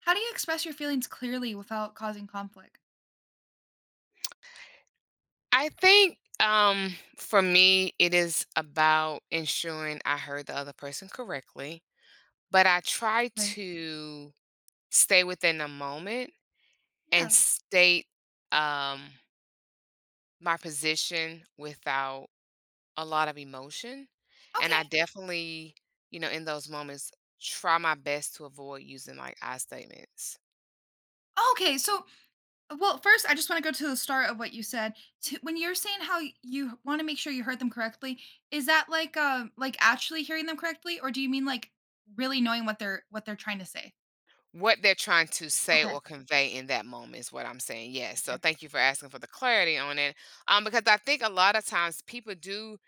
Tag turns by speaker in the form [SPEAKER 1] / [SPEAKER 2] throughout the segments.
[SPEAKER 1] How do you express your feelings clearly without causing conflict?
[SPEAKER 2] I think for me, it is about ensuring I heard the other person correctly, but I try
[SPEAKER 1] Where
[SPEAKER 2] to stay within the moment
[SPEAKER 1] yeah.
[SPEAKER 2] and state um, my position without a lot of emotion. And
[SPEAKER 1] Okay.
[SPEAKER 2] I definitely, you know, in those moments, try my best to avoid using like I statements.
[SPEAKER 1] Oh, Okay, so, well, first, I just wanna go to the start of what you said. To when you're saying how you wanna make sure you heard them correctly, is that like, actually hearing them correctly, or do you mean, like, really knowing what they're trying to say?
[SPEAKER 2] What they're trying to say
[SPEAKER 1] Okay,
[SPEAKER 2] or convey in that moment is what I'm saying, yes. So,
[SPEAKER 1] okay.
[SPEAKER 2] thank you for asking for the clarity on it, because I think a lot of times people do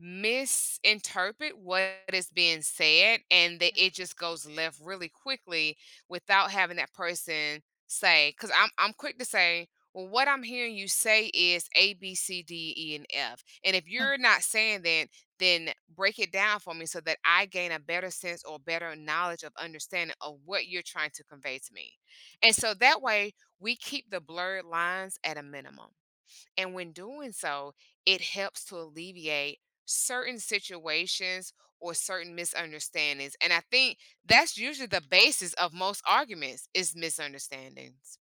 [SPEAKER 2] misinterpret what is being said and that
[SPEAKER 1] Yes.
[SPEAKER 2] it just goes left really quickly without having that person say because I'm quick to say, well what I'm hearing you say is A B C D E and F. And if
[SPEAKER 1] Yeah.
[SPEAKER 2] you're not saying that, then break it down for me so that I gain a better sense or better knowledge of understanding of what you're trying to convey to me. And so that way we keep the blurred lines at a minimum. And when doing so, it helps to alleviate certain situations or certain misunderstandings. And I think that's usually the basis of most arguments is misunderstandings.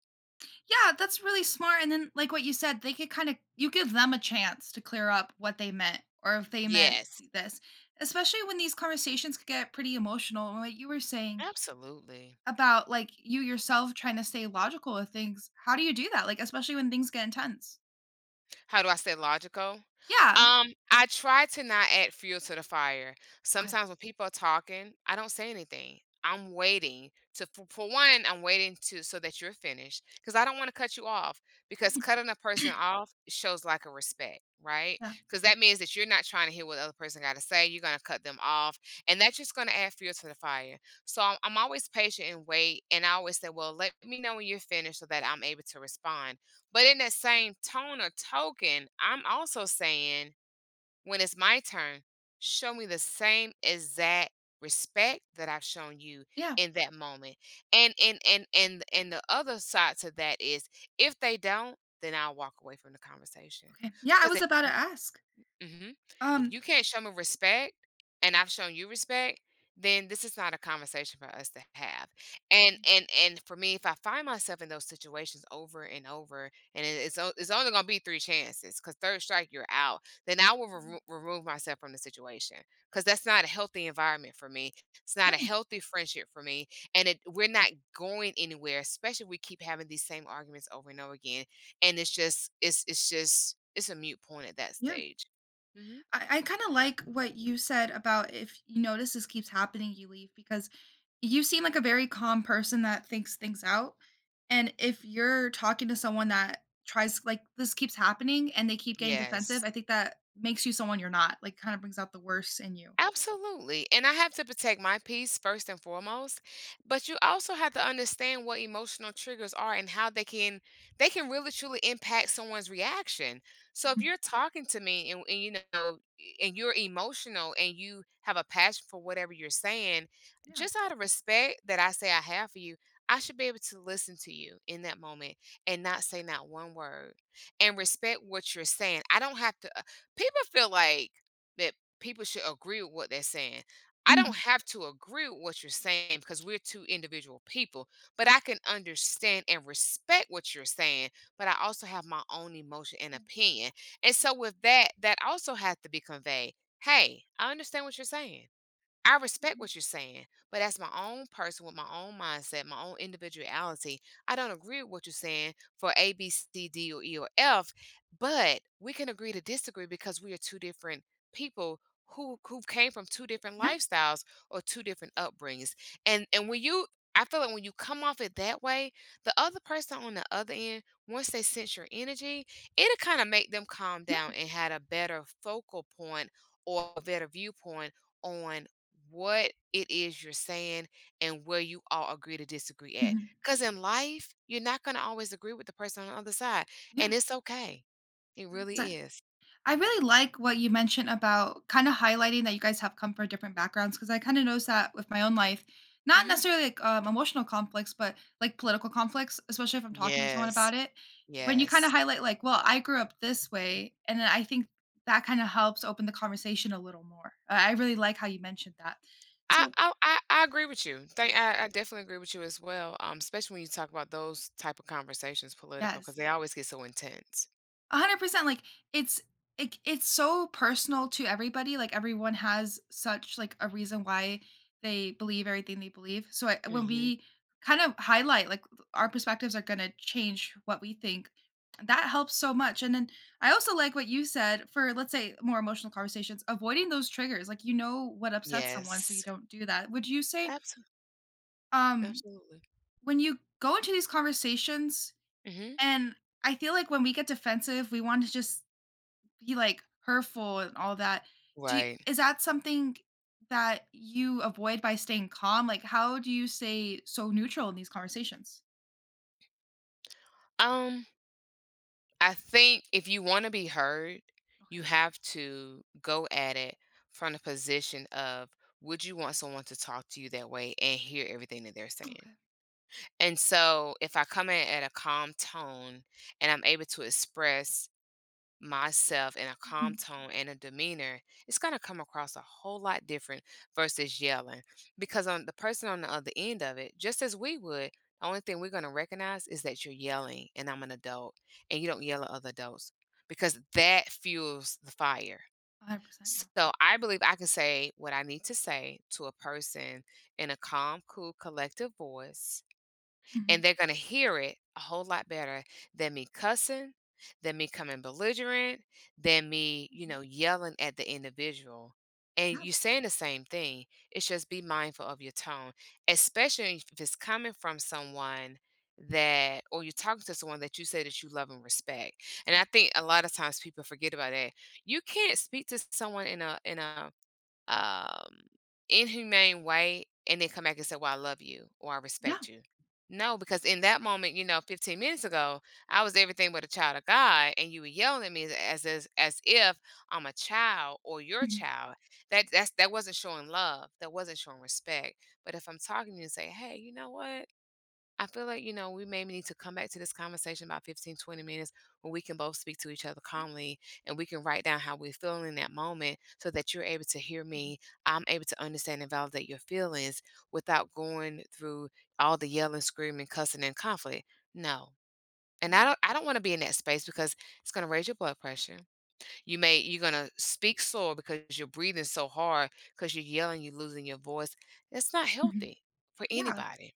[SPEAKER 1] Yeah, that's really smart, and then, like what you said, they could kinda you give them a chance to clear up what they meant or if they meant
[SPEAKER 2] Yes,
[SPEAKER 1] th this, especially when these conversations could get pretty emotional, what you were saying.
[SPEAKER 2] absolutely.
[SPEAKER 1] About, like, you yourself trying to stay logical with things. How do you do that? Like, especially when things get intense.
[SPEAKER 2] How do I stay logical?
[SPEAKER 1] Yeah.
[SPEAKER 2] I try to not add fuel to the fire.
[SPEAKER 1] Okay.
[SPEAKER 2] Sometimes when people are talking, I don't say anything. I'm waiting for one, I'm waiting to so that you're finished because I don't want to cut you off because cutting a person off shows lack of respect, right?
[SPEAKER 1] Yeah.
[SPEAKER 2] Because that means that you're not trying to hear what the other person got to say. You're going to cut them off, and that's just going to add fuel to the fire. So I'm always patient and wait, and I always say, "Well, let me know when you're finished so that I'm able to respond." But in that same tone or token, I'm also saying when it's my turn, show me the same exact respect that I've shown you
[SPEAKER 1] Yeah.
[SPEAKER 2] in that moment. And the other side to that is if they don't, then I'll walk away from the conversation.
[SPEAKER 1] Okay. Yeah, I was
[SPEAKER 2] Because
[SPEAKER 1] about to ask.
[SPEAKER 2] hmm if
[SPEAKER 1] Um.
[SPEAKER 2] you can't show me respect and I've shown you respect, then this is not a conversation for us to have. And
[SPEAKER 1] Okay.
[SPEAKER 2] and and for me, if I find myself in those situations over and over, and it's only gonna be three chances, because third strike you're out, then I will
[SPEAKER 1] Mhm.
[SPEAKER 2] remove myself from the situation, because that's not a healthy environment for me. It's
[SPEAKER 1] Yeah,
[SPEAKER 2] not a healthy friendship for me, and it, we're not going anywhere. Especially if we keep having these same arguments over and over again, and it's a mute point at that
[SPEAKER 1] yeah.
[SPEAKER 2] stage. Mhm.
[SPEAKER 1] I kinda like what you said about if you notice this keeps happening, you leave because you seem like a very calm person that thinks things out, and if you're talking to someone that tries like, this keeps happening and they keep getting defensive,
[SPEAKER 2] Yes.
[SPEAKER 1] I think that makes you someone you're not, like, kinda brings out the worst in you.
[SPEAKER 2] Absolutely. And I have to protect my peace first and foremost, but you also have to understand what emotional triggers are and how they can really truly impact someone's reaction. So if
[SPEAKER 1] Mhm.
[SPEAKER 2] you're talking to me and you know and you're emotional and you have a passion for whatever you're saying,
[SPEAKER 1] Yeah.
[SPEAKER 2] just out of respect that I say I have for you, I should be able to listen to you in that moment and not say not one word and respect what you're saying. I don't have to people feel like that people should agree with what they're saying. I
[SPEAKER 1] Mhm.
[SPEAKER 2] don't have to agree with what you're saying because we're two individual people, but I can understand and respect what you're saying, but I also have my own emotion and
[SPEAKER 1] Yeah.
[SPEAKER 2] opinion. And so with that, that also has to be conveyed. Hey, I understand what you're saying. I respect
[SPEAKER 1] Mhm.
[SPEAKER 2] what you're saying, but as my own person with my own mindset, my own individuality, I don't agree with what you're saying for A, B, C, D, or E, or F, but we can agree to disagree because we are two different people who came from two different
[SPEAKER 1] Yeah,
[SPEAKER 2] lifestyles or two different upbringings. And when you I feel like when you come off it that way, the other person on the other end, once they sense your energy, it'll kind of make them calm
[SPEAKER 1] yeah.
[SPEAKER 2] down and had a better focal point or a better viewpoint on what it is you're saying and where you all agree to disagree at.
[SPEAKER 1] Mhm.
[SPEAKER 2] Because in life, you're not going to always agree with the person on the other side,
[SPEAKER 1] Yeah,
[SPEAKER 2] and it's okay. It
[SPEAKER 1] 100%.
[SPEAKER 2] really is.
[SPEAKER 1] I really like what you mentioned about kinda highlighting that you guys have come from different backgrounds. Because I kinda noticed that with my own life, not
[SPEAKER 2] Hmm.
[SPEAKER 1] necessarily, like, emotional conflicts, but, like, political conflicts, especially if I'm talking with someone
[SPEAKER 2] Yes,
[SPEAKER 1] about it. When you kinda
[SPEAKER 2] yes.
[SPEAKER 1] highlight, like, "Well, I grew up this way," and then I think that kinda helps open the conversation a little more. I really like how you mentioned that.
[SPEAKER 2] I,
[SPEAKER 1] So
[SPEAKER 2] I I I agree with you. I definitely agree with you as well. Especially when you talk about those type of conversations, political,
[SPEAKER 1] yes.
[SPEAKER 2] because they always get so intense.
[SPEAKER 1] 100% like it's it's so personal to everybody, like everyone has such like a reason why they believe everything they believe. So I, when
[SPEAKER 2] Hmm.
[SPEAKER 1] we kind of highlight like our perspectives are going to change what we think, that helps so much. And then I also like what you said for, let's say, more emotional conversations, avoiding those triggers, like you know what upsets someone so you
[SPEAKER 2] Yes,
[SPEAKER 1] don't do that, would you say?
[SPEAKER 2] absolutely,
[SPEAKER 1] um
[SPEAKER 2] absolutely.
[SPEAKER 1] when you go into these conversations,
[SPEAKER 2] Hmm.
[SPEAKER 1] and I feel like when we get defensive we want to just be, like, hurtful and all that. Do you,
[SPEAKER 2] Right.
[SPEAKER 1] is that something that you avoid by staying calm? Like, how do you stay so neutral in these conversations?
[SPEAKER 2] Um. I think if you want to be heard,
[SPEAKER 1] Okay.
[SPEAKER 2] you have to go at it from the position of would you want someone to talk to you that way and hear everything that they're saying?
[SPEAKER 1] Okay.
[SPEAKER 2] And so if I come in at a calm tone and I'm able to express myself in a
[SPEAKER 1] Mhm.
[SPEAKER 2] calm
[SPEAKER 1] Mm.
[SPEAKER 2] tone and a demeanor, it's going to come across a whole lot different versus yelling. Because on the person on the other end of it, just as we would, the only thing we're going to recognize is that you're yelling and I'm an adult and you don't yell at other adults because that fuels the fire.
[SPEAKER 1] 100%, yeah.
[SPEAKER 2] So I believe I can say what I need to say to a person in a calm, cool, collective voice and
[SPEAKER 1] Mhm.
[SPEAKER 2] they're gonna hear it a whole lot better than me cussing, than me coming belligerent, than me, you
[SPEAKER 1] Mhm.
[SPEAKER 2] know, yelling at the individual.
[SPEAKER 1] Yeah,
[SPEAKER 2] And you're saying the same thing. It's just be mindful of your tone, especially if it's coming from someone that, or you're talking to someone that you say that you love and respect. And
[SPEAKER 1] yeah.
[SPEAKER 2] I think a lot of times people forget about that. You can't speak to someone in a um, inhumane way and then come back and say, well, I love you or I
[SPEAKER 1] Yeah.
[SPEAKER 2] respect you. No, because in that moment, you know, 15 minutes ago, I was everything but a child of God, and you were yelling at me as as if I'm a child or your
[SPEAKER 1] Mhm.
[SPEAKER 2] child. That wasn't showing love. That wasn't showing respect. But if I'm talking to you and say, hey, you know what? I feel like, you know, we may need to come back to this conversation about 15 to 20 minutes when we can both speak to each other
[SPEAKER 1] Yeah.
[SPEAKER 2] calmly and we can write down how we're feeling in that moment so that you're able to hear
[SPEAKER 1] Mhm.
[SPEAKER 2] me. I'm able to understand and validate your feelings without going through all the yelling, screaming, cussing, and conflict. No. And I don't want to be in that space because it's gonna raise your blood pressure. You're gonna speak sore because you're breathing so hard because you're yelling, you're losing your voice. It's not
[SPEAKER 1] Mhm.
[SPEAKER 2] healthy for
[SPEAKER 1] Yeah. Yeah.
[SPEAKER 2] anybody.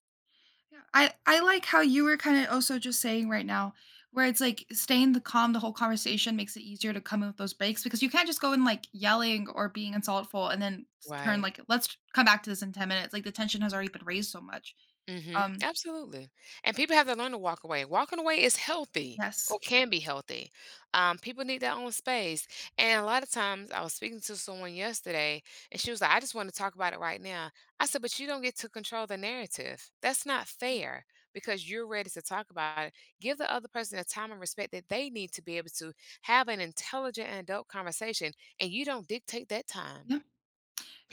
[SPEAKER 1] Yeah, I like how you were kind of also just saying right now, where it's like staying the calm the whole conversation makes it easier to come in with those breaks because you can't just go in like yelling or being insultful and then turn
[SPEAKER 2] Right.
[SPEAKER 1] like let's come back to this in 10 minutes. Like the tension has already been raised so much.
[SPEAKER 2] Mhm,
[SPEAKER 1] Um.
[SPEAKER 2] absolutely, and people have to learn to walk away. Walking away is healthy
[SPEAKER 1] Yes.
[SPEAKER 2] or can be healthy. People need their own space, and a lot of times I was speaking to someone yesterday, and she was like, "I just want to talk about it right now." I said, "But you don't get to control the narrative. That's not fair because you're ready to talk about it. Give the other person the time and respect that they need to be able to have an intelligent and adult conversation, and you don't dictate that time."
[SPEAKER 1] Yeah.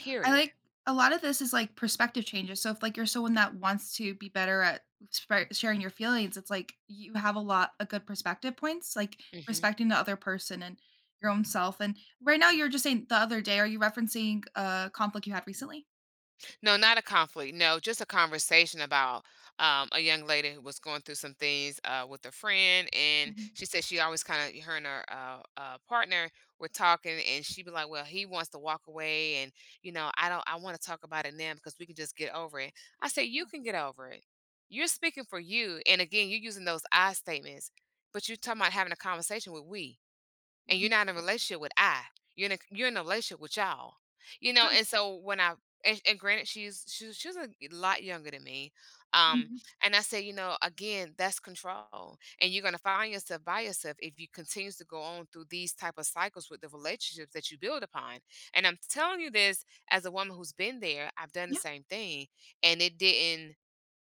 [SPEAKER 1] Yeah, I like a lot of this is, like, perspective changes, so if, like, you're someone that wants to be better at spar sharing your feelings, it's like you have a lot of good perspective points, like,
[SPEAKER 2] Mhm.
[SPEAKER 1] respecting the other person and your own self, and right now, you are just saying the other day, are you referencing a conflict you had recently?
[SPEAKER 2] No, not a conflict. No, just a conversation about a young lady who was going through some things with a friend, and
[SPEAKER 1] Mhm.
[SPEAKER 2] she said she always kind of her and her partner were talking, and she'd be like, "Well, he wants to walk away, and you know, I don't. I want to talk about it now because we can just get over it." I said, "You
[SPEAKER 1] Yeah,
[SPEAKER 2] can get over it. You're speaking for you, and again, you're using those I statements, but you're talking about having a conversation with we." And
[SPEAKER 1] mhm.
[SPEAKER 2] you're not in a relationship with I. You're in a relationship with y'all. You know,
[SPEAKER 1] Oh,
[SPEAKER 2] and so when I and granted she was a lot younger than me. Um,
[SPEAKER 1] mhm.
[SPEAKER 2] and I say, you know, again, that's control. And you're gonna find yourself by yourself if you continues to go on through these type of cycles with the relationships that you build upon. And I'm telling you this as a woman who's been there, I've done the
[SPEAKER 1] Yeah,
[SPEAKER 2] same thing and it didn't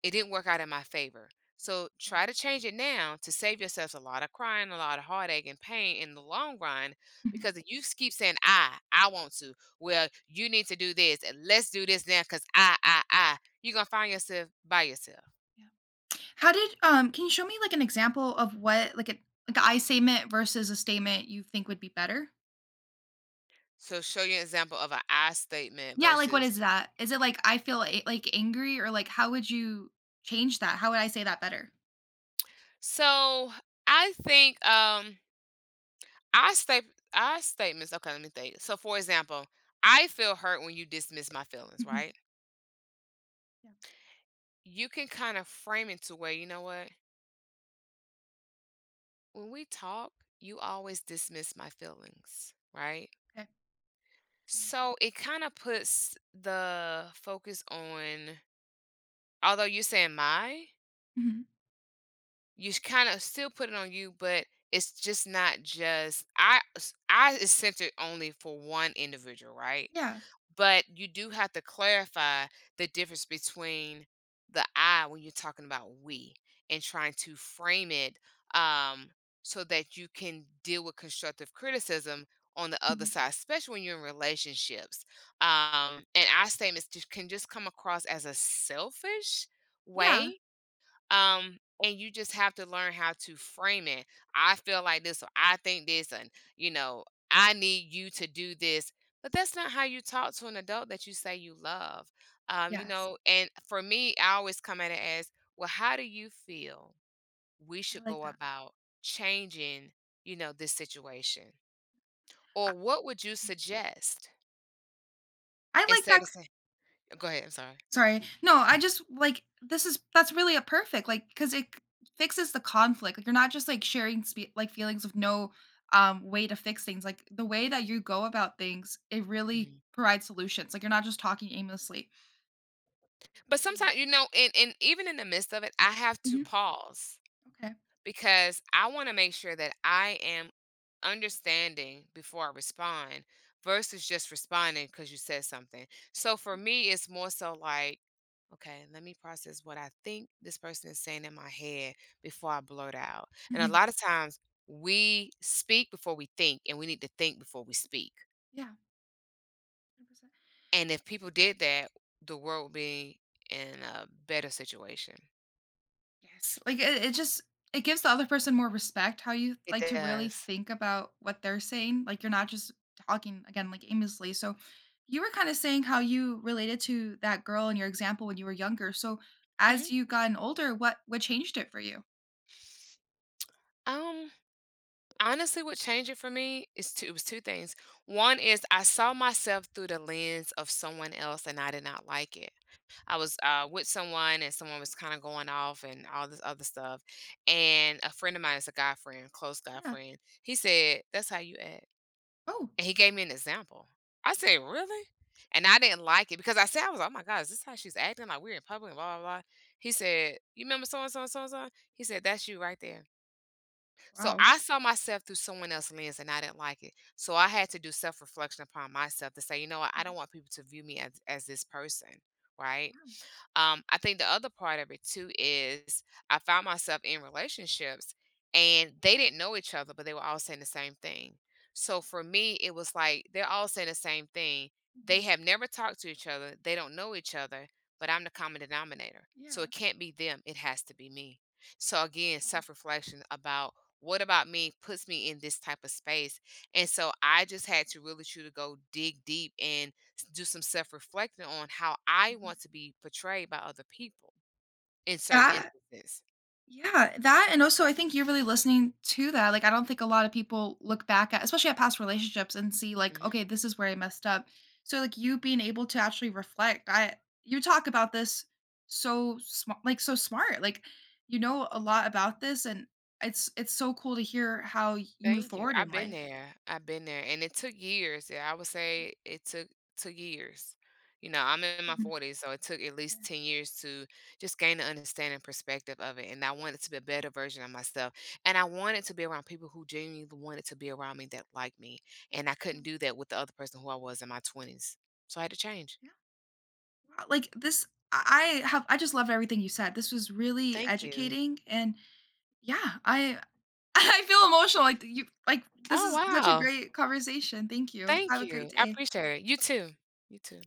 [SPEAKER 2] it didn't work out in my favor. So
[SPEAKER 1] okay.
[SPEAKER 2] try to change it now to save yourselves a lot of crying, a lot of heartache and pain in the long run.
[SPEAKER 1] Mhm,
[SPEAKER 2] Because if you keep saying, I want to, well, you need to do this, and let's do this now because I, you're going to find yourself by yourself.
[SPEAKER 1] yeah. How did, can you show me, like, an example of what, like, a I statement versus a statement you think would be better?
[SPEAKER 2] So show you an example of an I statement
[SPEAKER 1] Yeah, like, what
[SPEAKER 2] versus.
[SPEAKER 1] is that? Is it like, I feel a like, angry or, like, how would you change that? How would I say that better?
[SPEAKER 2] So I think I state I statements. Okay, let me think. So for example, I feel hurt when you dismiss my feelings,
[SPEAKER 1] Mhm.
[SPEAKER 2] right?
[SPEAKER 1] Yeah,
[SPEAKER 2] You can kind of frame it to where you know what, when we talk, you always dismiss my feelings, right?
[SPEAKER 1] okay. I like that.
[SPEAKER 2] So it kind of puts the focus on, although you're saying my,
[SPEAKER 1] Mhm.
[SPEAKER 2] you kind of still put it on you, but it's just not just I is centered only for one individual, right?
[SPEAKER 1] Yeah.
[SPEAKER 2] But you do have to clarify the difference between the I when you're talking about we, and trying to frame it um, so that you can deal with constructive criticism on the other
[SPEAKER 1] Mhm.
[SPEAKER 2] side, especially when you're in relationships. And I statements just can just come across as a selfish
[SPEAKER 1] Yeah.
[SPEAKER 2] way, um and you just have to learn how to frame it. I feel like this, or I think this, and you know I need you to do this. But that's not how you talk to an adult that you say you love.
[SPEAKER 1] Yes.
[SPEAKER 2] And for me, I always come at it as, well, how do you feel we
[SPEAKER 1] I
[SPEAKER 2] should
[SPEAKER 1] like
[SPEAKER 2] go
[SPEAKER 1] that.
[SPEAKER 2] about changing, this situation,
[SPEAKER 1] I
[SPEAKER 2] or what would you suggest,
[SPEAKER 1] I like that,
[SPEAKER 2] instead of saying, go ahead, I'm sorry.
[SPEAKER 1] sorry. No, I just, like, this is that's really a perfect, like because it c fixes the conflict, like, you're not just, like, sharing spe like, feelings with no, way to fix things, like, the way that you go about things, it really
[SPEAKER 2] Mhm.
[SPEAKER 1] provides solutions, like, you're not just talking aimlessly.
[SPEAKER 2] But sometimes, you
[SPEAKER 1] Mhm.
[SPEAKER 2] know, and even in the midst of it, I have to
[SPEAKER 1] Mhm.
[SPEAKER 2] pause
[SPEAKER 1] Okay.
[SPEAKER 2] because I want to make sure that I am understanding before I respond, versus just responding because you said something. So for
[SPEAKER 1] Yeah.
[SPEAKER 2] me, it's more so like, okay, let me process what I think this person is saying in my head before I blurt out. And a
[SPEAKER 1] Mhm.
[SPEAKER 2] lot of times we speak before we think, and we need to think before we speak.
[SPEAKER 1] Yeah. 100%.
[SPEAKER 2] And if people did that, the world would be in a better situation.
[SPEAKER 1] Yes. Like it just it gives the other person more respect how you
[SPEAKER 2] It
[SPEAKER 1] like to really
[SPEAKER 2] does.
[SPEAKER 1] think about what they're saying. Like you're not just talking again like aimlessly. So you were kind of saying how you related to that girl in your example when you were younger. So as you gotten older, what changed it for you?
[SPEAKER 2] Mhm. Honestly, what changed it for me is two it was two things. One is I saw myself through the lens of someone else and I did not like it. I was with someone and someone was kind of going off and all this other stuff. And a friend of mine is a guy friend, close guy
[SPEAKER 1] Yeah.
[SPEAKER 2] friend. He said, "That's how you act."
[SPEAKER 1] Oh,
[SPEAKER 2] And he gave me an example. I said, "Really?" And I didn't like it because I said, I was, oh my God, is this how she's acting? Like, we're in public, blah, blah, blah. He said, "You remember so and so and so and so?" He said, "That's you right there." So
[SPEAKER 1] wow.
[SPEAKER 2] I saw myself through someone else's lens and I didn't like it. So I had to do self reflection upon myself to say, you know what, I
[SPEAKER 1] Mhm,
[SPEAKER 2] don't want people to view me as, this person. Right. I think the other part of it too is I found myself in relationships and they didn't know each other, but they were all saying the same thing. So for me, it was like they're all saying the same thing. They
[SPEAKER 1] mhm.
[SPEAKER 2] have never talked to each other, they don't know each other, but I'm the common denominator. So
[SPEAKER 1] Yeah.
[SPEAKER 2] it can't be them, it has to be me. So again,
[SPEAKER 1] Wow.
[SPEAKER 2] self reflection about what about me puts me in this type of space. And so I just had to really try to go dig deep and do some self reflecting on how I
[SPEAKER 1] Mhm.
[SPEAKER 2] want to be portrayed by other people in certain
[SPEAKER 1] That.
[SPEAKER 2] instances.
[SPEAKER 1] Yeah, that and also I think you're really listening to that. Like I don't think a lot of people look back at, especially at past relationships, and see like,
[SPEAKER 2] Mm-hmm.
[SPEAKER 1] okay, this is where I messed up. So like you being able to actually reflect. I, you talk about this so smart, like so smart. Like you know a lot about this, and it's so cool to hear how you move
[SPEAKER 2] Thank you.
[SPEAKER 1] forward in
[SPEAKER 2] I've been
[SPEAKER 1] life.
[SPEAKER 2] there. I've been there. And it took years. Yeah, I would
[SPEAKER 1] Yeah.
[SPEAKER 2] say it took years. You know, I'm in my
[SPEAKER 1] Mhm.
[SPEAKER 2] 40s, so it took at least
[SPEAKER 1] Okay.
[SPEAKER 2] 10 years to just gain the understanding perspective of it. And I wanted to be a better version of myself. And I wanted to be around people who genuinely wanted to be around me, that liked me. And I couldn't do that with the other person who I was in my 20s. So I had to change.
[SPEAKER 1] Yeah. Wow. Like this, I have, I just loved everything you said. This was really
[SPEAKER 2] Thank you.
[SPEAKER 1] educating and yeah, I I feel emotional, like, you like, this
[SPEAKER 2] Oh,
[SPEAKER 1] is such a
[SPEAKER 2] wow.
[SPEAKER 1] great conversation, thank you.
[SPEAKER 2] Thank
[SPEAKER 1] Have a great
[SPEAKER 2] you. I
[SPEAKER 1] day.
[SPEAKER 2] appreciate it. You too. You too.